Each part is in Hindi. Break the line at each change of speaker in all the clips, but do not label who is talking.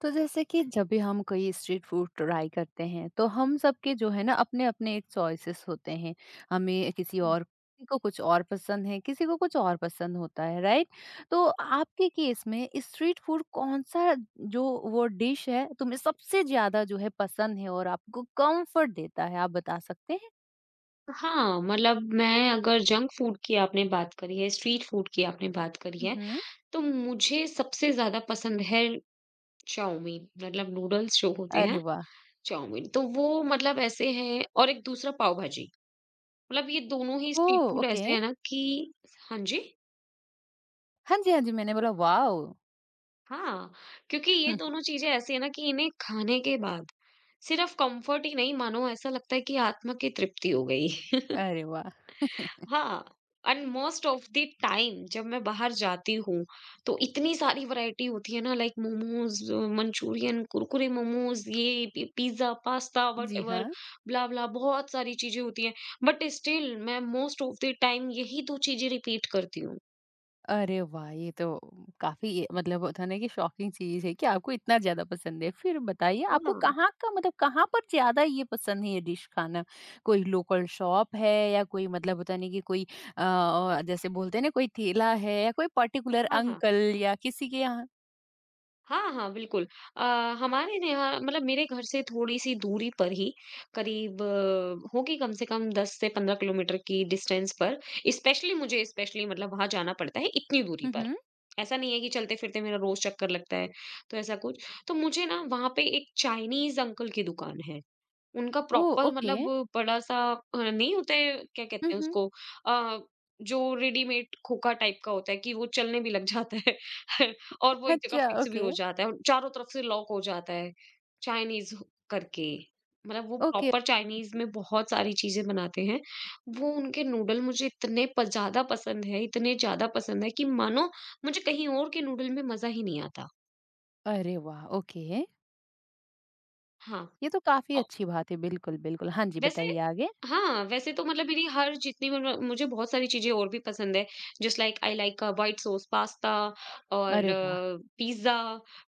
तो जैसे कि जब भी हम कोई स्ट्रीट फूड ट्राई करते हैं तो हम सबके जो है ना अपने अपने एक चॉइसेस होते हैं। हमें किसी और किसी को कुछ और पसंद है, किसी को कुछ और पसंद होता है, राइट? तो आपके केस में स्ट्रीट फूड कौन सा जो वो डिश है तुम्हें सबसे ज्यादा जो है पसंद है और आपको कंफर्ट देता है, आप बता सकते हैं?
हाँ, मतलब मैं अगर जंक फूड की आपने बात करी है, स्ट्रीट फूड की आपने बात करी है,
हम्म।
तो मुझे सबसे ज़्यादा पसंद है चाउमीन, मतलब नूडल्स जो होते
अरे
हैं,
वाह।
चाउमीन। तो वो मतलब ऐसे हैं, और एक दूसरा पाव भाजी, मतलब ये दोनों ही
ओ,
स्ट्रीट फूड
ओके।
ऐसे हैं ना कि। हाँ जी।
हाँ जी, हाँ जी, मैंने बोला वाह।
हाँ, क्योंकि ये दोनों चीज़ें ऐसी हैं ना कि इन्हें खाने के बाद सिर्फ़ कम्फ़र्ट ही नहीं, मानो ऐसा लगता है कि आत्मा की तृप्ति हो गई।
अरे वाह।
हाँ। And most of the time जब मैं बाहर जाती हूँ, तो इतनी सारी वैरायटी होती है ना, लाइक मोमोज़, मंचूरियन, कुरकुरे मोमोज़, ये पि पिज़्ज़ा, पास्ता,
जी
व्हाटएवर,
हाँ।
ब्ला ब्ला, बहुत सारी चीज़ें होती हैं। बट स्टिल मैं मोस्ट ऑफ द टाइम यही 2 चीज़ें रिपीट करती हूँ।
अरे वाह! ये तो काफ़ी मतलब होता है ना कि शॉकिंग चीज़ है कि आपको इतना ज़्यादा पसंद है। फिर बताइए
हाँ,
आपको कहाँ का मतलब कहाँ पर ज़्यादा ये पसंद है ये डिश खाना? कोई लोकल शॉप है या कोई मतलब होता नहीं कि कोई जैसे बोलते हैं ना कोई ठेला है या कोई पर्टिकुलर
हाँ, हाँ।
अंकल या किसी के यहाँ?
हाँ, हाँ, बिल्कुल। अ, हमारे यहाँ मतलब मेरे घर से थोड़ी-सी दूरी पर ही करीब होगी कम से कम 10 से 15 किलोमीटर की डिस्टेंस पर। स्पेशली मतलब वहाँ जाना पड़ता है इतनी दूरी
हुँ,
पर।
हुँ।
ऐसा नहीं है कि चलते-फिरते मेरा रोज़ चक्कर लगता है, तो ऐसा कुछ। तो मुझे ना वहाँ पे एक चाइनीज़ अंकल की दुकान है। उनका
ओह!
Proper
okay.
मतलब बड़ा-सा नहीं होते, क्या
हुँ,
कहते हैं
हुँ।
उसको, अ, जो रेडीमेड खोखा टाइप का होता है कि वो चलने भी लग जाता है और वो एक जगह
अच्छा,
फिक्स भी
ओके।
हो जाता है और चारों तरफ से लॉक हो जाता है, चाइनीज़ करके। मतलब वो
ओके।
प्रॉपर चाइनीज़ में बहुत सारी चीज़ें बनाते हैं। वो उनके नूडल मुझे इतने प ज़्यादा पसंद है, इतने ज़्यादा पसंद है कि मानो मुझे कहीं और के नूडल में मज़ा ही नहीं आता।
अरे वाह! ओके।
हाँ।
ये तो काफ़ी
औ
अच्छी बात है। बिल्कुल, बिल्कुल। हाँ जी,
वैसे,
बताइए आगे।
हाँ, वैसे तो मतलब मेरी हर जितनी म मुझे बहुत सारी चीज़ें और भी पसंद है। Just like I like white sauce pasta और
अरे वाह!
पिज़्ज़ा,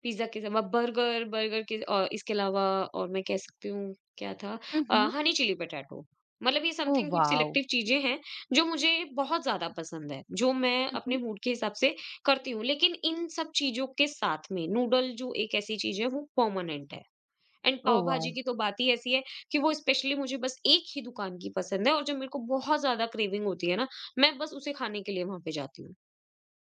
पिज़्ज़ा के सिवा बर्गर, बर्गर के इसके अलावा, और मैं कह सकती हूँ, क्या था,
हुँ, हुँ।
Honey chilli potato. मतलब ये
ओह
समथिंग कुछ
वाओ!
सिलेक्टिव चीज़ें हैं, जो मुझे बहुत ज़्यादा पसंद है, जो मैं
हुँ,
अपने
हुँ।
मूड के हिसाब से करती हूँ। लेकिन इन सब चीज़ों के साथ में नूडल जो एक ऐसी चीज़ है वो परमानेंट है। एंड पाव
ओह वाह!
भाजी की तो बात ही ऐसी है कि वो स्पेशली मुझे बस एक ही दुकान की पसंद है, और जब मेरे को बहुत ज़्यादा क्रेविंग होती है ना, मैं बस उसे खाने के लिए वहाँ पे जाती हूँ।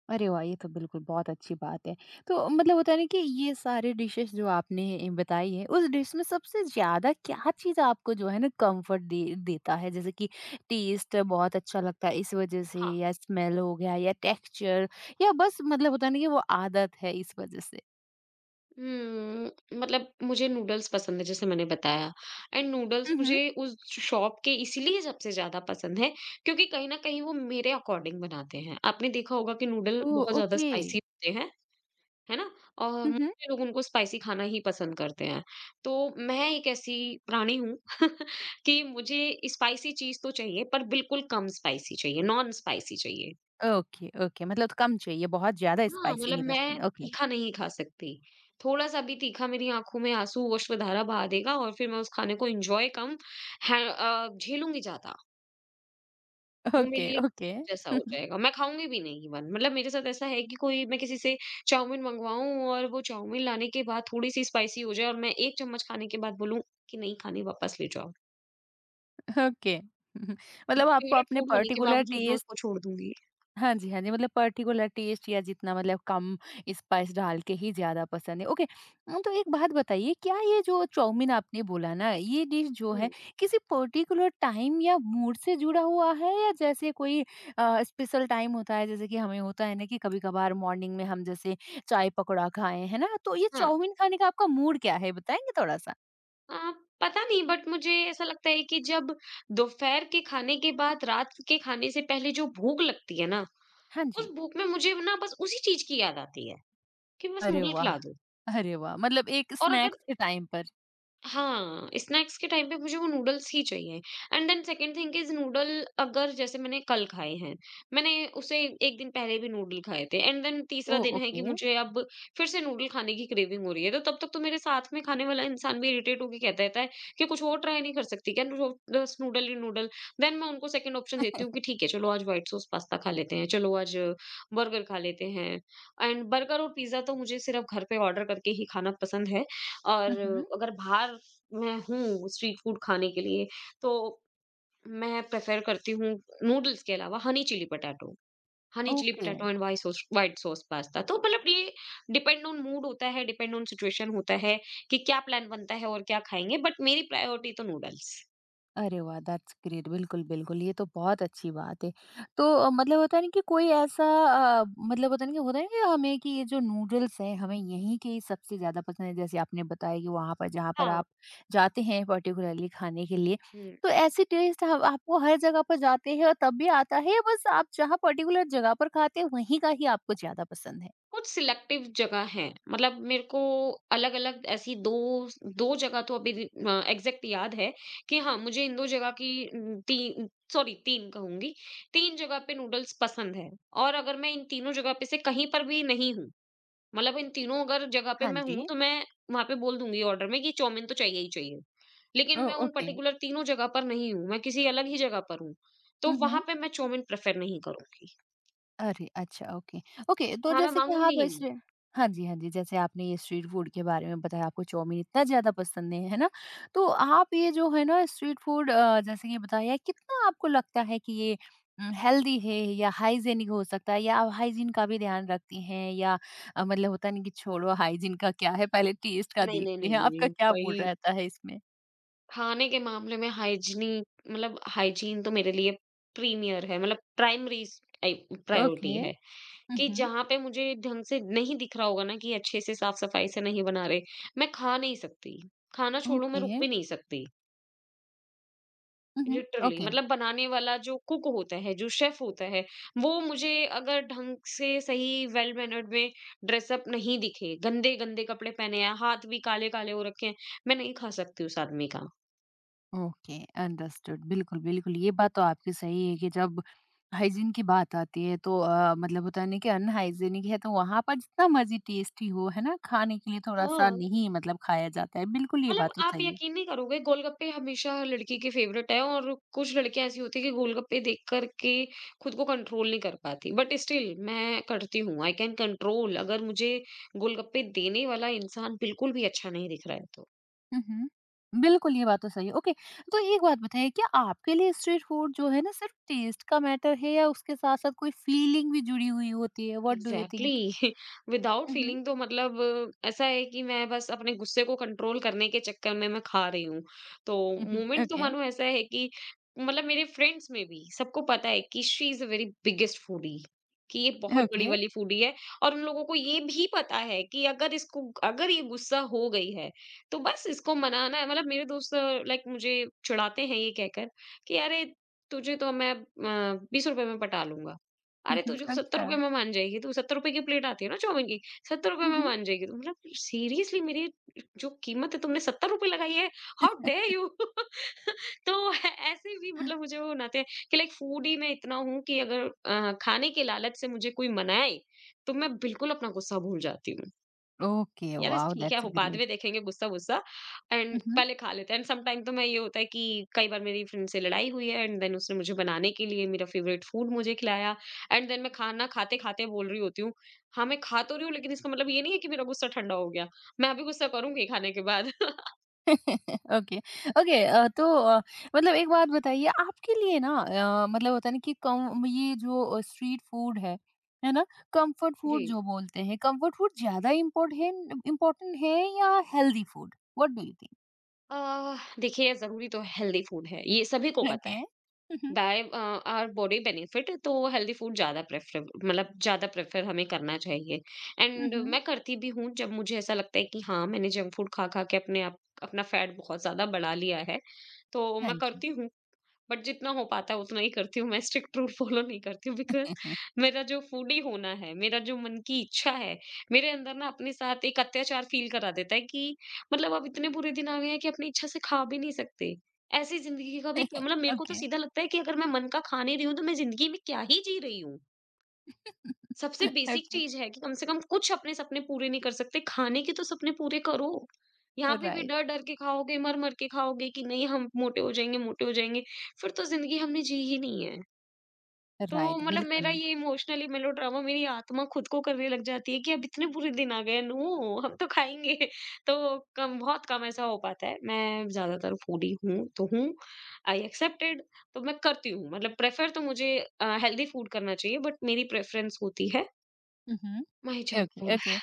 अरे वाह! ये तो बिल्कुल बहुत अच्छी बात है। तो मतलब होता है ना कि ये सारे डिशेज़ जो आपने बताई हैं, उस डिश में सबसे ज़्यादा क्या चीज़ आपको जो है ना कम्फ़र्ट दे देता है? जैसे कि टेस्ट बहुत अच्छा लगता है इस वज़ह से
हाँ।
या स्मेल हो गया या टेक्सचर या बस मतलब होता है ना कि वो आदत है इस वज़ह से?
मतलब मुझे नूडल्स पसंद है जैसे मैंने बताया, एंड नूडल्स
हुँ,
मुझे
हुँ।
उस शॉप के इसीलिए सबसे ज़्यादा पसंद है क्योंकि कहीं न कहीं वो मेरे अकॉर्डिंग बनाते हैं। आपने देखा होगा कि नूडल
ओह!
बहुत ज़्यादा
ओके।
स्पाइसी होते हैं। है ना? और
हुँ, हुँ।
मोस्टली लोग उनको स्पाइसी खाना ही पसंद करते हैं। तो मैं एक ऐसी प्राणी हूँ कि मुझे स्पाइसी चीज़ तो चाहिए पर बिल्कुल कम स्पाइसी चाहिए, नॉन स्पाइसी चाहिए।
ओके, ओके, मतलब तो कम चाहिए, बहुत ज़्यादा
हाँ,
स्पाइसी
मतलब
नहीं
मैं
पसंद। ओके,
तीखा नहीं खा सकती। थोड़ा-सा भी तीखा मेरी आँखों में आँसू, अश्रुधारा बहा देगा, और फिर मैं उस खाने को एन्जॉय कम है, झेलूँगी ज़्यादा। वो मेरे
ओके,
लिए
ओके।
जैसा हो जाएगा, मैं खाऊँगी भी नहीं, इवन मतलब मेरे साथ ऐसा है कि कोई मैं किसी से चाउमीन मंगवाऊँ और वो चाउमीन लाने के बाद थोड़ी-सी स्पाइसी हो जाए, और मैं 1 चम्मच खाने के बाद बोलूँ कि नहीं खानी, वापस ले जाओ।
ओके।
वो
मतलब आपको
फेवरेट
अपने
फूड होने के
पर्टिकुलर
बावजूद मैं उसको
टेस्ट।
छोड़ दूँगी।
हाँ जी, हाँ जी, मतलब पर्टिकुलर टेस्ट या जितना मतलब कम स्पाइस डाल के ही ज़्यादा पसंद है, ओके। तो एक बात बताइए क्या ये जो चाउमीन आपने बोला ना, ये डिश जो है
हुँ,
किसी पर्टिकुलर टाइम या मूड से जुड़ा हुआ है या जैसे कोई स्पेशल टाइम होता है जैसे कि हमें होता है ना कि कभी-कभार मॉर्निंग में हम जैसे चाय पकौड़ा खाएँ, है ना? तो ये
हाँ।
चाउमीन खाने का आपका मूड क्या है, बताएँगे थोड़ा-सा?
अ, पता नहीं बट मुझे ऐसा लगता है कि जब दोपहर के खाने के बाद रात के खाने से पहले जो भूख लगती है ना,
हाँ
उस
जी।
भूख में मुझे ना बस उसी चीज़ की याद आती है कि बस
अरे
नूडल
वाह!
खिला दो।
अरे वाह! मतलब एक
और अगर
स्नैक्स के टाइम पर।
हाँ, स्नैक्स के टाइम पे मुझे वो नूडल्स ही चाहिए, and then second thing is noodle, अगर जैसे मैंने कल खाए हैं, मैंने उससे 1 दिन पहले भी नूडल खाए थे, एंड देन तीसरा
ओह!
दिन है कि
ओके।
मुझे अब फिर से नूडल खाने की क्रेविंग हो रही है, तो तब तक तो मेरे साथ में खाने वाला इंसान भी इरिटेट होके कहता रहता है कि कुछ और ट्राई नहीं कर सकती क्या, नो, बस नूडल ही नूडल? देन मैं उनको सेकंड ऑप्शन देती हूँ कि ठीक है, चलो आज व्हाइट सॉस पास्ता खा लेते हैं, चलो आज बर्गर खा लेते हैं। एंड बर्गर और पिज़्ज़ा तो मुझे सिर्फ़ घर पे ऑर्डर करके ही खाना पसंद है।
हुँ,
और
हुँ।
अगर बाहर मैं हूँ स्ट्रीट फूड खाने के लिए, तो मैं प्रेफर करती हूँ नूडल्स के अलावा honey chilli
okay.
Potato and white sauce pasta. तो मतलब ये डिपेंड ऑन मूड होता है, डिपेंड ऑन सिचुएशन होता है, कि क्या प्लान बनता है और क्या खाएंगे, बट मेरी प्रायोरिटी तो नूडल्स।
अरे वाह! That's great. बिल्कुल, बिल्कुल, ये तो बहुत अच्छी बात है। तो मतलब होता है ना कि कोई ऐसा मतलब होता है ना कि होता है ना कि हमें कि ये जो नूडल्स हैं, हमें यहीं के ही सबसे ज़्यादा पसंद है, जैसे आपने बताया कि वहाँ पर जहाँ पर
हाँ।
आप जाते हैं पर्टिकुलरली खाने के लिए,
हम्म।
तो ऐसे टेस्ट ह आपको हर जगह पर जाते हैं और तब भी आता है या बस आप जहाँ पर्टिकुलर जगह पर खाते हैं, वहीं का ही आपको ज़्यादा पसंद है?
कुछ सिलेक्टिव जगह है, मतलब मेरे को अलग अलग ऐसी दो दो जगह तो अभी एग्जैक्ट याद है कि हाँ मुझे इन दो जगह की, न, तीन, सॉरी तीन कहूंगी, तीन जगह पे नूडल्स पसंद है। और अगर मैं इन तीनों जगह पे से कहीं पर भी नहीं हूँ, मतलब इन तीनों अगर जगह पे
हाँ
मैं हूँ
जी।
तो मैं वहां पे बोल दूंगी ऑर्डर में कि चौमिन तो चाहिए ही चाहिए, लेकिन
ओह!
मैं उन
ओके।
पर्टिकुलर तीनों जगह पर नहीं हूँ, मैं किसी अलग ही जगह पर हूँ तो
हुँ,
वहां
हुँ।
पे मैं चौमिन प्रेफर नहीं करूंगी।
अरे! अच्छा, ओके। ओके, तो
हाँ, मैं
जैसे कि
मांगूंगी
आप
ही।
ऐसे। हाँ जी, हाँ जी, जैसे आपने ये स्ट्रीट फूड के बारे में बताया, आपको चाउमीन इतना ज़्यादा पसंद है ना? तो आप ये जो है ना स्ट्रीट फूड जैसे कि बताया, कितना आपको लगता है कि ये हेल्दी है या हाइजीनिक हो सकता है या आप हाइजीन का भी ध्यान रखती हैं या मतलब होता नहीं कि छोड़ो हाइजीन का क्या है, पहले टेस्ट का
नहीं, नहीं,
देखते
नहीं,
हैं,
नहीं, नहीं,
आपका
नहीं,
क्या मूड
भाई,
रहता है इसमें?
खाने के मामले में हाइजीनिक, मतलब हाइजीन तो मेरे लिए प्रीमियर है, मतलब प्राइमरी प्रायोरिटी
ओके।
है
हुँ,
कि
हुँ।
जहाँ पे मुझे ढंग से नहीं दिख रहा होगा ना कि अच्छे से साफ सफाई से नहीं बना रहे, मैं खा नहीं सकती, खाना छोड़ू मैं रुक
ओके।
भी नहीं सकती।
हुँ, हुँ।
Literally
okay.
मतलब बनाने वाला जो कुक होता है, जो शेफ होता है, वो मुझे अगर ढंग से सही वेल मैनर्ड में ड्रेसअप नहीं दिखे, गंदे गंदे कपड़े पहने हैं, हाथ भी काले काले हो रखे हैं, मैं नहीं खा सकती उस आदमी का।
Okay, understood. बिल्कुल, बिल्कुल, ये बात तो आपकी सही है कि जब हाइजीन की बात आती है तो मतलब होता है ना कि अनहाइजीनिक है तो वहां पर जितना मर्जी टेस्टी हो है ना खाने के लिए थोड़ा सा
हाँ,
नहीं मतलब खाया जाता है, बिल्कुल ये
मतलब
बात तो
आप
सही है।
यकीन नहीं करोगे, गोलगप्पे हमेशा हर लड़की के फेवरेट है, और कुछ लड़कियां ऐसी होती है कि गोलगप्पे देख करके खुद को कंट्रोल नहीं कर पाती, बट स्टिल मैं करती हूँ, आई कैन कंट्रोल, अगर मुझे गोलगप्पे देने वाला इंसान बिल्कुल भी अच्छा नहीं दिख रहा है तो।
हम्म, बिल्कुल ये बात तो सही है। ओके, तो एक बात बताइए क्या आपके लिए स्ट्रीट फूड जो है ना सिर्फ टेस्ट का मैटर है या उसके साथ साथ कोई फीलिंग भी जुड़ी हुई होती है, what do you
exactly,
think?
exactly. Without feeling तो मतलब ऐसा है कि मैं बस अपने गुस्से को कंट्रोल करने के चक्कर में मैं खा रही हूँ। तो मोमेंट तो
ओके।
मानो ऐसा है कि मतलब मेरे फ्रेंड्स में भी सबको पता है कि she is a very biggest foodie, कि ये बहुत बड़ी
ओके।
वाली फूडी है। और उन लोगों को ये भी पता है कि अगर ये गुस्सा हो गई है, तो बस इसको मनाना है। मतलब मेरे दोस्त लाइक मुझे चिढ़ाते हैं ये कहकर कि अरे, तुझे तो मैं ₹20 में पटा लूंगा। अरे, तुझे तो 70
अच्छा।
में मान जाएगी तू, 70 की प्लेट आती है ना चाउमीन की, 70 में
हम्म।
मान जाएगी तू। मतलब सीरियसली, मेरी जो कीमत है तुमने ₹70 लगाई है, हाउ डेयर यू! तो ऐ ऐसे भी मतलब मुझे वो नाते हैं कि लाइक फूडी मैं इतना हूँ कि अगर खाने के लालच से मुझे कोई मनाए, तो मैं बिल्कुल अपना गुस्सा भूल जाती हूँ।
ओके,
यार इस
वाओ,
ठीक है,
दैट्स
हो बाद
ग्रेट।
में देखेंगे गुस्सा-वुस्सा, एंड पहले खा लेते हैं। एंड समटाइम तो मैं, ये होता है कि कई बार मेरी फ्रेंड से लड़ाई हुई है, एंड देन उसने मुझे बनाने के लिए मेरा फेवरेट फूड मुझे खिलाया, एंड देन मैं खाना खाते-खाते बोल रही होती हूँ, हाँ, मैं खा तो रही हूँ लेकिन इसका मतलब ये नहीं है कि मेरा गुस्सा ठंडा हो गया, मैं अभी गुस्सा करूँगी खाने के बाद।
Okay, okay. तो मतलब एक बात बताइए आपके लिए ना मतलब होता है ना कि कम ये जो स्ट्रीट फूड है ना? कंफर्ट
जी।
फूड जो बोलते हैं, कंफर्ट फूड ज़्यादा इम्पोर्टेंट है या healthy food? What do you think?
देखिए ज़रूरी तो हेल्दी फूड है, ये सभी को पता है।
ओके। हुँ,
बाय आवर बॉडी बेनिफिट तो हेल्दी फूड ज़्यादा प्रेफर, मतलब ज़्यादा प्रेफर हमें करना चाहिए,
हुँ,
एंड
हुँ।
मैं करती भी हूँ जब मुझे ऐसा लगता है कि हाँ मैंने जंक फूड खा खा के अपने आप अपना फैट बहुत ज़्यादा बढ़ा लिया है, तो
हाँ
मैं
जी।
करती हूँ। बट जितना हो पाता है उतना ही करती हूँ, मैं स्ट्रिक्ट रूल फॉलो नहीं करती हूँ बिकॉज़ मेरा जो फूडी होना है, मेरा जो मन की इच्छा है, मेरे अंदर ना अपने साथ एक अत्याचार फ़ील करा देता है कि मतलब अब इतने बुरे दिन आ गए हैं कि अपनी इच्छा से खा भी नहीं सकते। ऐसी ज़िंदगी का भी क्या मतलब, मेरे को तो
ओके।
सीधा लगता है कि अगर मैं मन का खा नहीं रही हूँ तो मैं ज़िंदगी में क्या ही जी रही हूँ? सबसे बेसिक
ओके,
चीज है कि कम से कम कुछ अपने सपने पूरे नहीं कर सकते, खाने के तो सपने पूरे करो। यहाँ पे भी
राइट,
डर-डर के खाओगे, मर-मर के खाओगे कि नहीं हम मोटे हो जाएँगे, फिर तो ज़िंदगी हमने जी ही नहीं है। तो
राइट,
मतलब मेरा
बिल्कुल।
ये इमोशनली मेलोड्रामा मेरी आत्मा खुद को करने लग जाती है कि अब इतने बुरे दिन आ गए, नो हम तो खाएँगे। तो कम बहुत कम ऐसा हो पाता है। मैं ज़्यादातर फूडी हूँ तो हूँ, आई एक्सेप्टेड तो मैं करती हूँ। मतलब प्रेफ़र तो मुझे हेल्दी फूड करना चाहिए बट मेरी प्रेफ़रेंस होती है
हुँ, हुँ।
My junk
okay,
food.
Okay.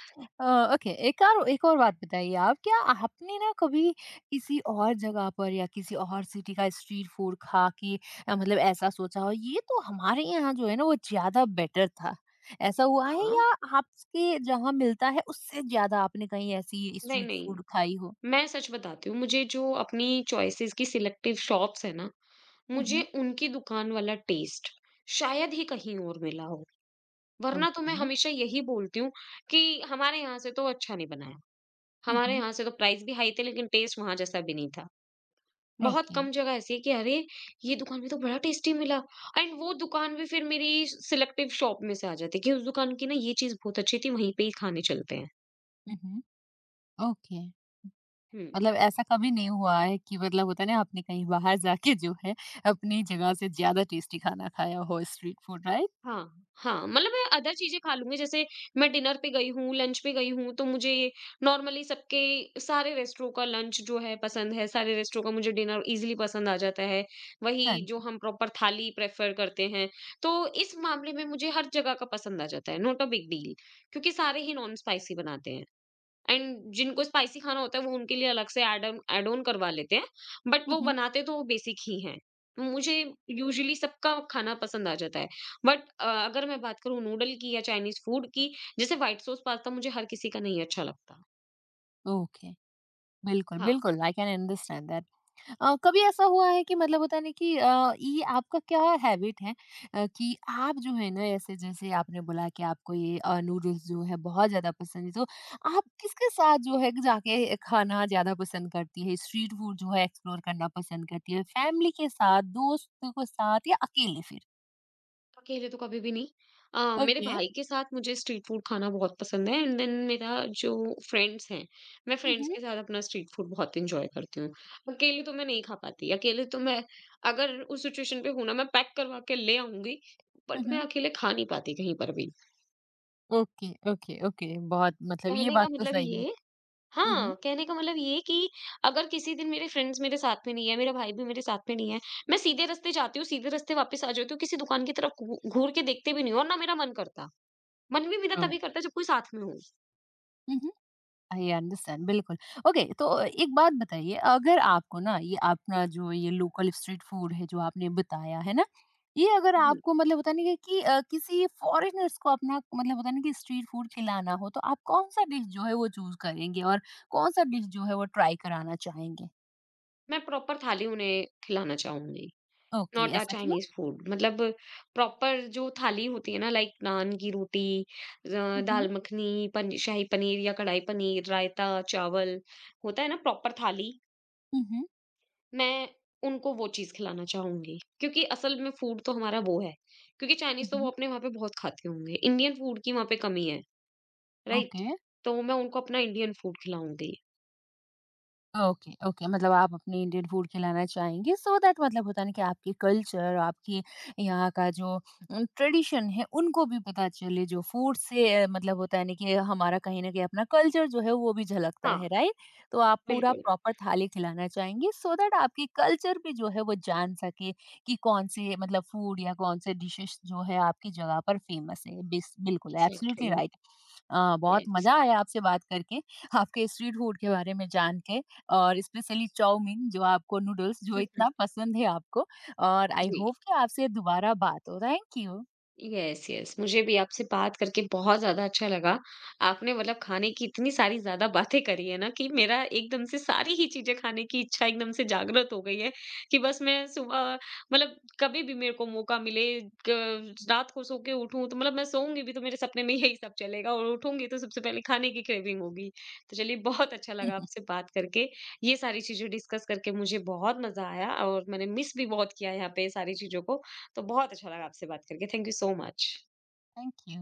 Uh, okay, एक और बात बताइए आप, क्या आपने ना कभी किसी और जगह पर या किसी और सिटी का स्ट्रीट फूड खा के मतलब ऐसा सोचा हो, ये तो हमारे यहाँ जो है ना, वो ज़्यादा बेटर था? ऐसा हुआ है
हाँ,
या आपके जहाँ मिलता है, उससे ज़्यादा आपने कहीं ऐसी
नहीं,
स्ट्रीट
नहीं,
फूड खाई हो?
मैं सच बताती हूँ, मुझे जो अपनी चॉइसेस की सिलेक्टिव शॉप्स हैं ना,
हुँ,
मुझे
हुँ।
उनकी दुकान वाला टेस्ट शायद ही कहीं और मिला हो। वरना तो मैं
ओके।
हमेशा यही बोलती हूँ कि हमारे यहाँ से तो अच्छा नहीं बनाया।
हुँ,
हमारे
हुँ।
यहाँ से तो प्राइस भी हाई थे लेकिन टेस्ट वहाँ जैसा भी नहीं था। बहुत
ओके।
कम जगह ऐसी है कि अरे! ये दुकान में तो बड़ा टेस्टी मिला एंड वो दुकान भी फिर मेरी सिलेक्टिव शॉप में से आ जाती है कि उस दुकान की ना ये चीज़ बहुत अच्छी थी, वहीं पे ही खाने चलते हैं।
हुँ, हुँ। ओके।
हुँ।
मतलब ऐसा कभी नहीं हुआ है कि मतलब होता है ना आपने कहीं बाहर जाके जो है अपनी जगह से ज्यादा टेस्टी खाना खाया हो स्ट्रीट फूड, राइट?
हाँ, हाँ, मतलब मैं अदर चीज़ें खा लूँगी। जैसे मैं डिनर पे गई हूँ, लंच पे गई हूँ तो मुझे नॉर्मली सबके सारे रेस्टोरों का लंच जो है पसंद है, सारे रेस्टोरों का मुझे डिनर ईज़िली पसंद आ जाता है।
हाँ
वही जो
जी।
हम प्रॉपर थाली प्रेफ़र करते हैं, तो इस मामले में मुझे हर जगह का पसंद आ जाता है, नॉट अ बिग डील। क्योंकि सारे ही नॉन स्पाइसी बनाते हैं। एंड जिनको स्पाइसी खाना होता है वो उनके लिए अलग से ऐड ऑन करवा लेते हैं बट वो
हम्म।
बनाते तो वो बेसिक ही हैं। मुझे यूजुअली सबका खाना पसंद आ जाता है बट अगर मैं बात करूँ नूडल की या चाइनीज फूड की, जैसे व्हाइट सॉस पास्ता मुझे हर किसी का नहीं अच्छा लगता।
ओके, बिल्कुल,
हाँ,
बिल्कुल, आई कैन अंडरस्टैंड दैट। कभी ऐसा हुआ है कि मतलब होता है ना कि ये आपका क्या हैबिट है कि आप जो है ना ऐसे जैसे आपने बोला कि आपको ये नूडल्स जो है बहुत ज्यादा पसंद है तो आप किसके साथ जो है जाके खाना ज्यादा पसंद करती है, स्ट्रीट फूड जो है एक्सप्लोर करना पसंद करती है, फैमिली के साथ, दोस्तों के साथ या अकेले फिर?
अकेले तो कभी भी नहीं। मेरे
ओके।
भाई के साथ मुझे स्ट्रीट फूड खाना बहुत पसंद है एंड देन मेरा जो फ्रेंड्स हैं, मैं फ्रेंड्स
हम्म।
के साथ अपना स्ट्रीट फूड बहुत इंजॉय करती हूँ। अकेले तो मैं नहीं खा पाती। अकेले तो मैं अगर उस सिचुएशन पे हूं ना मैं पैक करवा के ले आऊंगी बट मैं
हम्म।
अकेले खा नहीं पाती कहीं पर भी।
ओके, ओके, ओके, बहुत मतलब ये
कहने का
बात तो
मतलब
सही है।
ये
हम्म।
हाँ, कहने का मतलब ये कि अगर किसी दिन मेरे फ्रेंड्स मेरे साथ में नहीं है, मेरा भाई भी मेरे साथ में नहीं है, मैं सीधे रास्ते जाती हूँ, सीधे रास्ते वापस आ जाती हूँ, किसी दुकान की तरफ घूर के देखते भी नहीं हूँ, और ना मेरा मन करता। मन भी मेरा
ओ,
तभी करता है जब कोई साथ में हो।
आई अंडरस्टैंड बिल्कुल। ओके, तो एक बात बताइए अगर आपको ना ये अपना जो ये लोकल स्ट्रीट फूड है जो आपने बताया है ना, ये अगर
जी।
आपको मतलब होता नहीं है कि किसी फ़ॉरेनर्स को अपना मतलब होता नहीं कि स्ट्रीट फूड खिलाना हो तो आप कौन-सा डिश जो है वो चूज़ करेंगे और कौन-सा डिश जो है वो ट्राई कराना चाहेंगे?
मैं प्रॉपर थाली उन्हें खिलाना चाहूँगी,
ओके,
नॉट अ
ऐसा क्यों?
Chinese food. मतलब प्रॉपर जो थाली होती है ना, लाइक नान की रोटी,
हुँ,
दाल
हुँ।
मखनी, पन शाही पनीर या कढ़ाई पनीर, रायता, चावल, होता है ना प्रॉपर थाली।
हुँ, हुँ।
मैं उनको वो चीज़ खिलाना चाहूँगी। क्योंकि असल में फूड तो हमारा वो है, क्योंकि
हुँ,
चाइनीज़ तो वो
हुँ।
अपने वहाँ पे बहुत खाते होंगे, इंडियन फूड की वहाँ पे कमी है, राइट?
ओके।
तो मैं उनको अपना इंडियन फूड खिलाऊँगी।
ओके, ओके, मतलब आप अपने इंडियन फूड खिलाना चाहेंगे सो दैट मतलब होता है ना कि आपके कल्चर आपके यहाँ का जो ट्रेडिशन है उनको भी पता चले जो फूड से मतलब होता है ना कि हमारा कहीं ना कहीं अपना कल्चर जो है वो भी झलकता
हाँ,
है, राइट? तो आप पूरा
बिल्कुल।
प्रॉपर थाली खिलाना चाहेंगे सो दैट आपकी कल्चर भी जो है वो जान सके कि कौन से मतलब फूड या कौन से डिशेस जो है आपकी जगह पर फेमस है, बिल्कुल, एब्सोल्युटली,
एग्ज़ैक्टली।
राइट। बहुत
यस।
मजा आया आपसे बात करके आपके स्ट्रीट फूड के बारे में जान के और स्पेशली चाउमीन जो आपको नूडल्स जो
हुँ, हुँ।
इतना पसंद है आपको, और आई
जी।
होप कि आपसे दोबारा बात हो। Thank you.
Yes, yes. मुझे भी आपसे बात करके बहुत ज़्यादा अच्छा लगा। आपने मतलब खाने की इतनी सारी ज़्यादा बातें करी है ना कि मेरा एकदम से सारी ही चीज़ें खाने की इच्छा एकदम से जागृत हो गई है कि बस मैं सुबह, मतलब कभी भी मेरे को मौका मिले, क रात को सो के उठूँ तो, मतलब मैं सोऊँगी भी तो मेरे सपने में यही सब चलेगा और उठूँगी तो सबसे पहले खाने की क्रेविंग होगी। तो चलिए बहुत अच्छा लगा आपसे बात करके। ये सारी चीज़ें डिस्कस करके मुझे बहुत मज़ा आया और मैंने मिस भी बहुत किया यहाँ पे सारी चीज़ों को। तो बहुत अच्छा लगा आपसे बात करके। Thank you so much.
Thank you.